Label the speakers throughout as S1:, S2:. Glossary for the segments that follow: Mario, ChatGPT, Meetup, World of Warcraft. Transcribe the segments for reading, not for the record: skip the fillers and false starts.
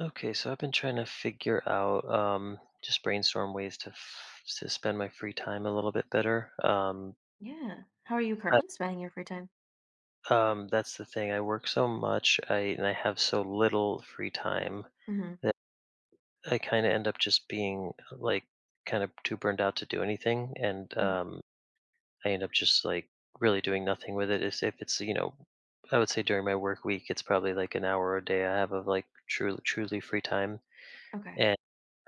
S1: Okay, so I've been trying to figure out, just brainstorm ways to to spend my free time a little bit better.
S2: Yeah. How are you
S1: I,
S2: currently spending your free time?
S1: that's the thing. I work so much, I and I have so little free time
S2: Mhm.
S1: that I kind of end up just being like kind of too burned out to do anything, and
S2: Mhm.
S1: I end up just like really doing nothing with it. If it's, I would say during my work week, it's probably like an hour a day I have of like truly free time.
S2: Okay.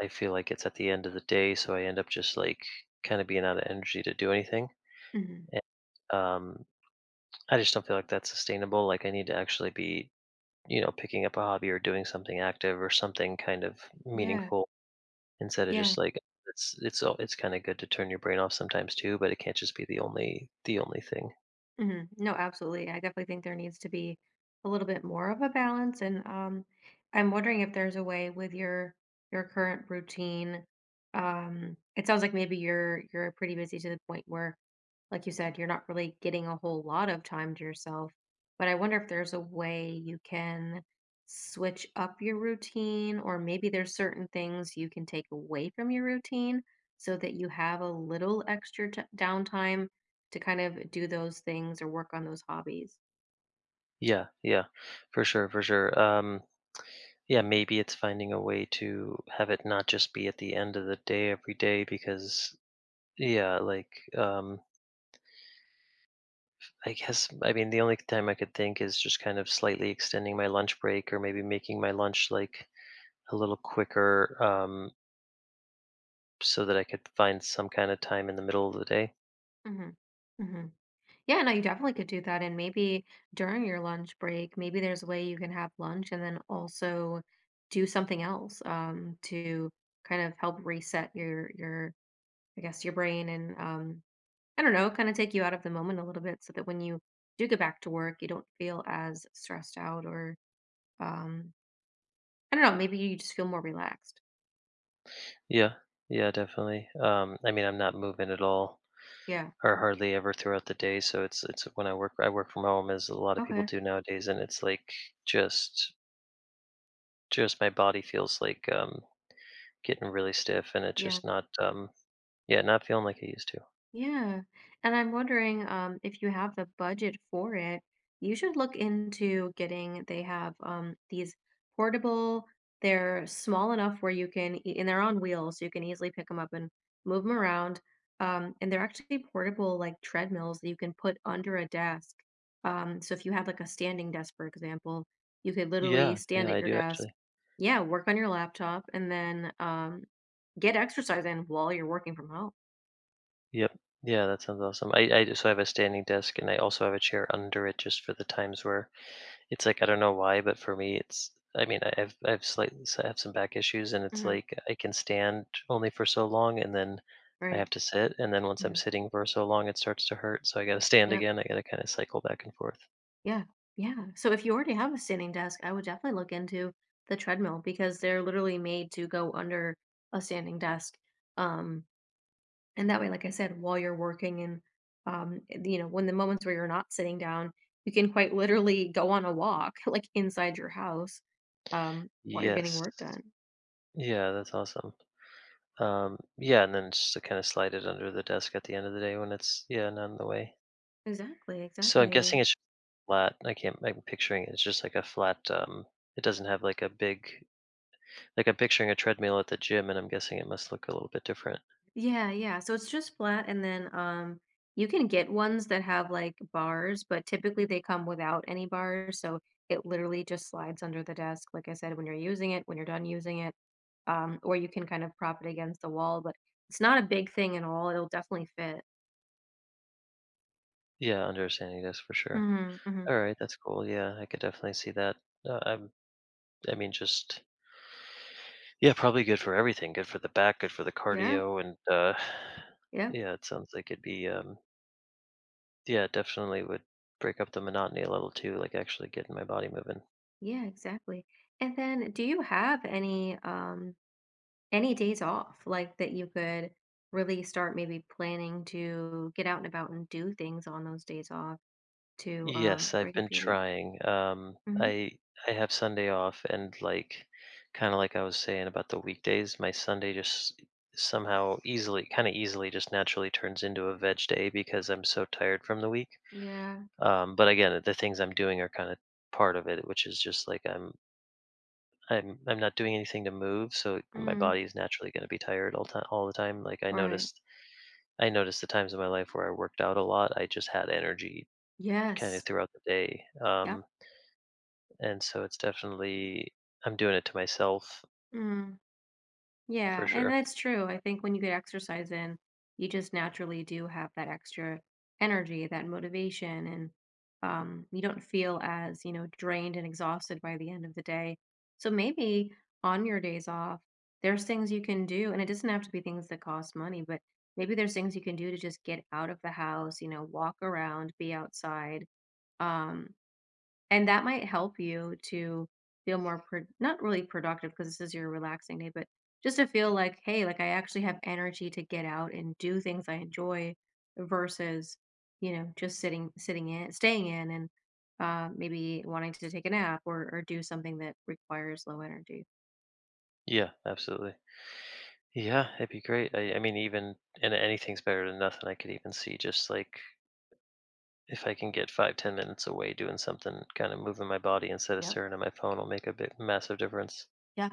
S1: I feel like it's at the end of the day, so I end up just like kind of being out of energy to do anything.
S2: Mhm.
S1: And, um, I just don't feel like that's sustainable. Like I need to actually be, you know, picking up a hobby or doing something active or something kind of
S2: Yeah.
S1: meaningful, instead of
S2: Yeah.
S1: just like it's all it's kind of good to turn your brain off sometimes too, but it can't just be the only thing.
S2: No, absolutely. I definitely think there needs to be a little bit more of a balance. And I'm wondering if there's a way with your current routine. It sounds like maybe you're pretty busy to the point where, like you said, you're not really getting a whole lot of time to yourself. But I wonder if there's a way you can switch up your routine, or maybe there's certain things you can take away from your routine so that you have a little extra downtime to kind of do those things or work on those hobbies.
S1: Yeah, yeah, for sure, for sure. Yeah, maybe it's finding a way to have it not just be at the end of the day every day because yeah, like, I guess, I mean, the only time I could think is just kind of slightly extending my lunch break or maybe making my lunch like a little quicker, so that I could find some kind of time in the middle of the day.
S2: Mhm. Mhm. Yeah, no, you definitely could do that, and maybe during your lunch break, maybe there's a way you can have lunch and then also do something else, to kind of help reset your I guess, your brain and, I don't know, kinda take you out of the moment a little bit so that when you do get back to work, you don't feel as stressed out or, um, I don't know, maybe you just feel more relaxed.
S1: Yeah, yeah, definitely. I mean, I'm not moving at all
S2: Yeah.
S1: or hardly ever throughout the day. So it's when I work from home as a lot of people
S2: Okay.
S1: do nowadays. And it's like just, just my body feels like getting really stiff and it's
S2: Yeah.
S1: just not, yeah, not feeling like it used to.
S2: Yeah, and I'm wondering, if you have the budget for it, you should look into getting they have, these portable they're small enough where you can e and they're on wheels, so you can easily pick them up and move them around, and they're actually portable, like, treadmills that you can put under a desk, so if you have, like, a standing desk, for example, you could literally
S1: Yeah,
S2: stand
S1: yeah,
S2: at
S1: I
S2: your
S1: do
S2: desk,
S1: actually.
S2: yeah, work on your laptop, and then, get exercise in while you're working from home.
S1: Yep. Yeah, that sounds awesome. I so I have a standing desk and I also have a chair under it just for the times where it's like I don't know why, but for me it's, I mean, I've slightly, so I have some back issues and it's
S2: Mhm,
S1: like I can stand only for so long and then I have
S2: right,
S1: to sit, and then once I'm
S2: mhm.
S1: sitting for so long it starts to hurt, so I got to stand
S2: Yep.
S1: again. I got to kind of cycle back and forth.
S2: Yeah. Yeah. So if you already have a standing desk, I would definitely look into the treadmill because they're literally made to go under a standing desk. Um, and that way, like I said, while you're working and, when the moments where you're not sitting down, you can quite literally go on a walk, like inside your house, while you're getting
S1: Yes.
S2: work done.
S1: Yeah, that's awesome. Yeah, and then just to kind of slide it under the desk at the end of the day when it's, yeah, not in the way.
S2: Exactly.
S1: So I'm guessing
S2: Exactly.
S1: it's flat. I can't. I'm picturing it's just like a flat. It doesn't have like a big. Like I'm picturing a treadmill at the gym, and I'm guessing it must look a little bit different.
S2: Yeah, yeah. So it's just flat, and then you can get ones that have like bars, but typically they come without any bars. So it literally just slides under the desk, like I said, when you're using it, when you're done using it. Or you can kind of prop it against the wall, but it's not a big thing at all. It'll definitely fit.
S1: Yeah, understanding this for sure.
S2: Hmm hmm
S1: All right, that's cool. Yeah, I could definitely see that. I'm. I mean, just yeah, probably good for everything. Good for the back, good for the
S2: Yeah,
S1: cardio, and
S2: yeah,
S1: yeah, it sounds like it'd be yeah, definitely would break up the monotony a little too, like actually getting my body moving.
S2: yeah, exactly. And then do you have any days off like that you could really start maybe planning to get out and about and do things on those days off? To,
S1: Yes, I've
S2: break
S1: been
S2: up your week.
S1: trying. Um,
S2: Mhm.
S1: I I have Sunday off, and like kind of like I was saying about the weekdays, my Sunday just somehow easily, kind of easily, just naturally turns into a veg day because I'm so tired from the week.
S2: Yeah.
S1: But again, the things I'm doing are kind of part of it, which is just like I'm not doing anything to move, so my
S2: Mm,
S1: body is naturally going to be tired all time all the time. Like
S2: right.
S1: I noticed the times in my life where I worked out a lot, I just had energy kind of
S2: Yes.
S1: throughout the day.
S2: Yep.
S1: And so it's definitely I'm doing it to myself
S2: Mm,
S1: for
S2: yeah, and
S1: sure.
S2: that's true. I think when you get exercise in, you just naturally do have that extra energy, that motivation, and, you don't feel as, drained and exhausted by the end of the day. So maybe on your days off, there's things you can do, and it doesn't have to be things that cost money, but maybe there's things you can do to just get out of the house, walk around, be outside, um And that might help you to feel more pro not really productive because this is your relaxing day, but just to feel like, hey, like I actually have energy to get out and do things I enjoy versus, just sitting in, staying in, and maybe wanting to take a nap or do something that requires low energy.
S1: Yeah, absolutely. Yeah, it'd be great. I mean, even and anything's better than nothing. I could even see just like if I can get 5 10 minutes away doing something, kind of moving my body instead of
S2: Yep.
S1: staring at my phone, will make a big massive difference.
S2: Yeah.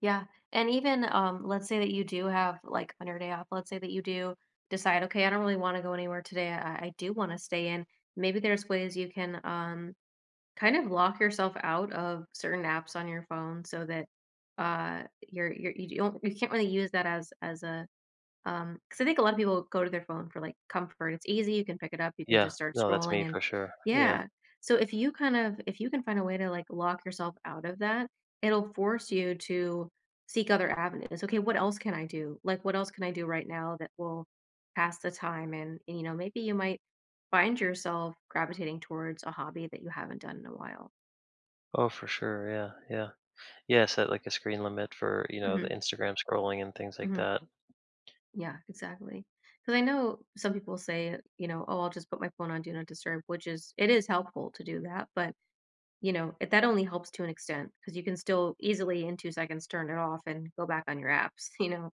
S2: Yeah. And even let's say that you do have like on your day off, let's say that you do decide, okay, I don't really want to go anywhere today. I do want to stay in. Maybe there's ways you can kind of lock yourself out of certain apps on your phone so that you don't you can't really use that as a Because I think a lot of people go to their phone for, like, comfort. It's easy, you can pick it up, you can
S1: Yeah,
S2: just start
S1: no, that's
S2: scrolling,
S1: me
S2: and
S1: for sure. Yeah.
S2: yeah. So if you can find a way to, like, lock yourself out of that, it'll force you to seek other avenues. "Okay, what else can I do? Like, what else can I do right now that will pass the time?" And maybe you might find yourself gravitating towards a hobby that you haven't done in a while.
S1: Oh, for sure, yeah, yeah. Yeah, set, like, a screen limit for, you know, the
S2: Mhm.
S1: Instagram scrolling and things like
S2: Mhm.
S1: that.
S2: Yeah, exactly. Because I know some people say, oh, I'll just put my phone on do not disturb, which is it is helpful to do that, but that only helps to an extent because you can still easily in 2 seconds turn it off and go back on your apps.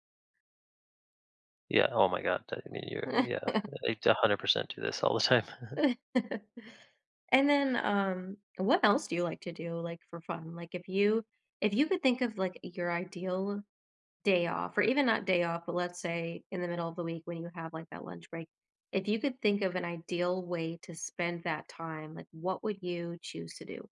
S1: Yeah, oh my god, I mean, you're yeah, I 100% do this all the time.
S2: And then what else do you like to do, like for fun? Like if you could think of like your ideal day off, or even not day off, but let's say in the middle of the week when you have like that lunch break, if you could think of an ideal way to spend that time, like what would you choose to do?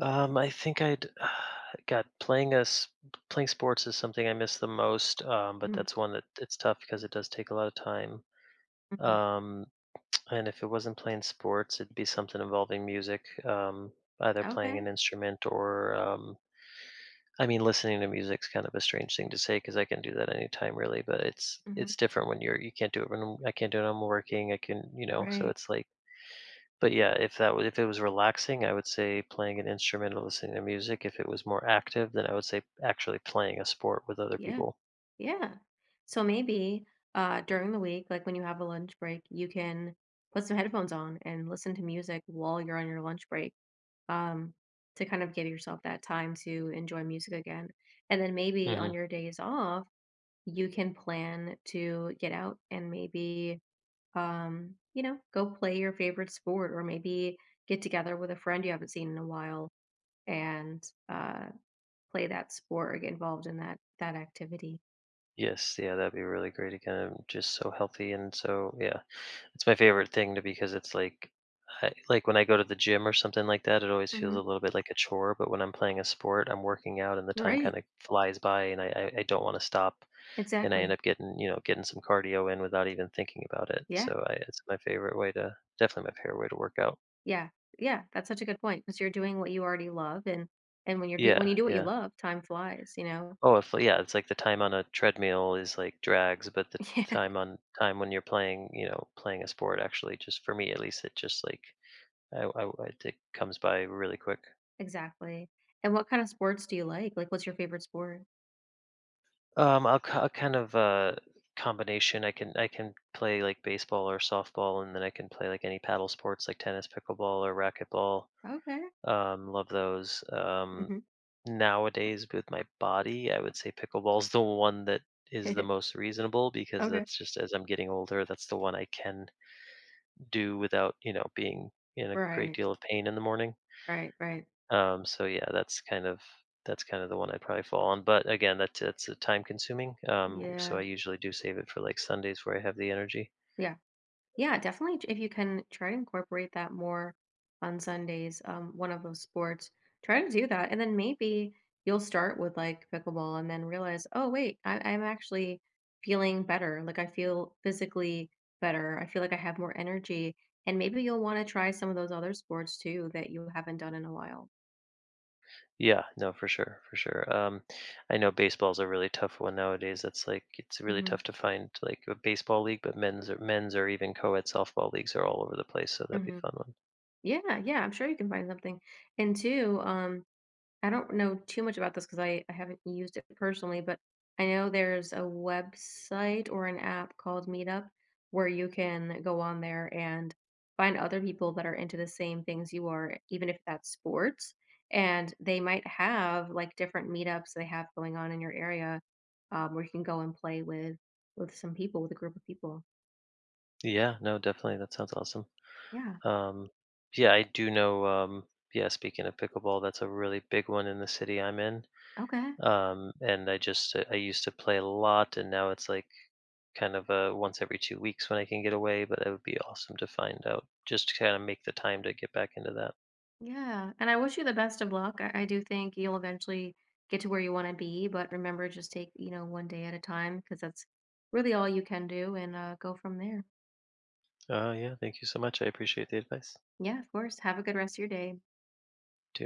S1: I think I'd god, playing sports is something I miss the most, but
S2: Mhm,
S1: that's one that it's tough because it does take a lot of time.
S2: mhm.
S1: Um, and if it wasn't playing sports, it'd be something involving music, either playing
S2: Okay.
S1: an instrument, or, I mean, listening to music's kind of a strange thing to say because I can do that anytime really, but it's
S2: hmm
S1: it's different when you're, you can't do it when I can't do it when I'm working, I can, you know, so
S2: Right.
S1: it's like, but yeah, if that was, if it was relaxing, I would say playing an instrument or listening to music. If it was more active, then I would say actually playing a sport with other
S2: Yeah.
S1: people.
S2: Yeah. So maybe during the week, like when you have a lunch break, you can put some headphones on and listen to music while you're on your lunch break, um, to kind of give yourself that time to enjoy music again. And then maybe on
S1: Mhm.
S2: your days off, you can plan to get out and maybe go play your favorite sport, or maybe get together with a friend you haven't seen in a while and play that sport or get involved in that activity.
S1: Yes, yeah, that'd be really great again. I'm just so healthy and so yeah, it's my favorite thing to because it's like, I, like when I go to the gym or something like that, it always feels
S2: Hmm
S1: a little bit like a chore. But when I'm playing a sport, I'm working out and the time
S2: right,
S1: kind of flies by, and I don't want to stop, and I end
S2: exactly.
S1: up getting, you know, getting some cardio in without even thinking about it.
S2: Yeah,
S1: So I, it's my favorite way to, definitely my favorite way to work out.
S2: yeah, yeah, that's such a good point, because you're doing what you already love. And when you're do when
S1: Yeah,
S2: you do what you
S1: yeah.
S2: love, time flies.
S1: Oh, if yeah, it's like the time on a treadmill is like drags, but the
S2: Yeah,
S1: time on time when you're playing, you know, playing a sport actually, just for me at least, it just like it comes by really quick.
S2: exactly. And what kind of sports do you like what's your favorite sport?
S1: I'll, I'll kind of combination. I can play like baseball or softball, and then I can play like any paddle sports like tennis, pickleball, or racquetball.
S2: okay.
S1: Love those.
S2: hmm
S1: Nowadays, with my body, I would say pickleball's the one that is the most reasonable because
S2: okay,
S1: that's just as I'm getting older, that's the one I can do without, you know, being in a great
S2: right.
S1: deal of pain in the morning.
S2: Right, right.
S1: So yeah, that's kind of the one I'd probably fall on. But again, that's time consuming. So
S2: Yeah.
S1: I usually do save it for like Sundays where I have the energy.
S2: Yeah. Yeah, definitely if you can try to incorporate that more on Sundays, one of those sports, try to do that. And then maybe you'll start with like pickleball and then realize, oh wait, I'm actually feeling better. Like I feel physically better. I feel like I have more energy. And maybe you'll want to try some of those other sports too that you haven't done in a while.
S1: Yeah, no, for sure, for sure. I know baseball's a really tough one nowadays. That's like it's really
S2: Hmm
S1: tough to find like a baseball league, but men's or even co-ed softball leagues are all over the place, so that'd be a
S2: hmm
S1: fun one.
S2: Yeah, yeah, I'm sure you can find something. And two, I don't know too much about this because I haven't used it personally, but I know there's a website or an app called Meetup where you can go on there and find other people that are into the same things you are, even if that's sports. And they might have like different meetups they have going on in your area, where you can go and play with some people, with a group of people.
S1: Yeah, no, definitely. That sounds awesome.
S2: Yeah.
S1: Um, yeah, I do know. Yeah, speaking of pickleball, that's a really big one in the city I'm in.
S2: Okay.
S1: And I used to play a lot, and now it's like kind of a once every 2 weeks when I can get away. But it would be awesome to find out, just to kind of make the time to get back into that.
S2: Yeah, and I wish you the best of luck. I do think you'll eventually get to where you want to be, but remember, just take, one day at a time, because that's really all you can do, and go from there.
S1: Yeah, thank you so much. I appreciate the advice.
S2: Yeah, of course. Have a good rest of your day.
S1: Too.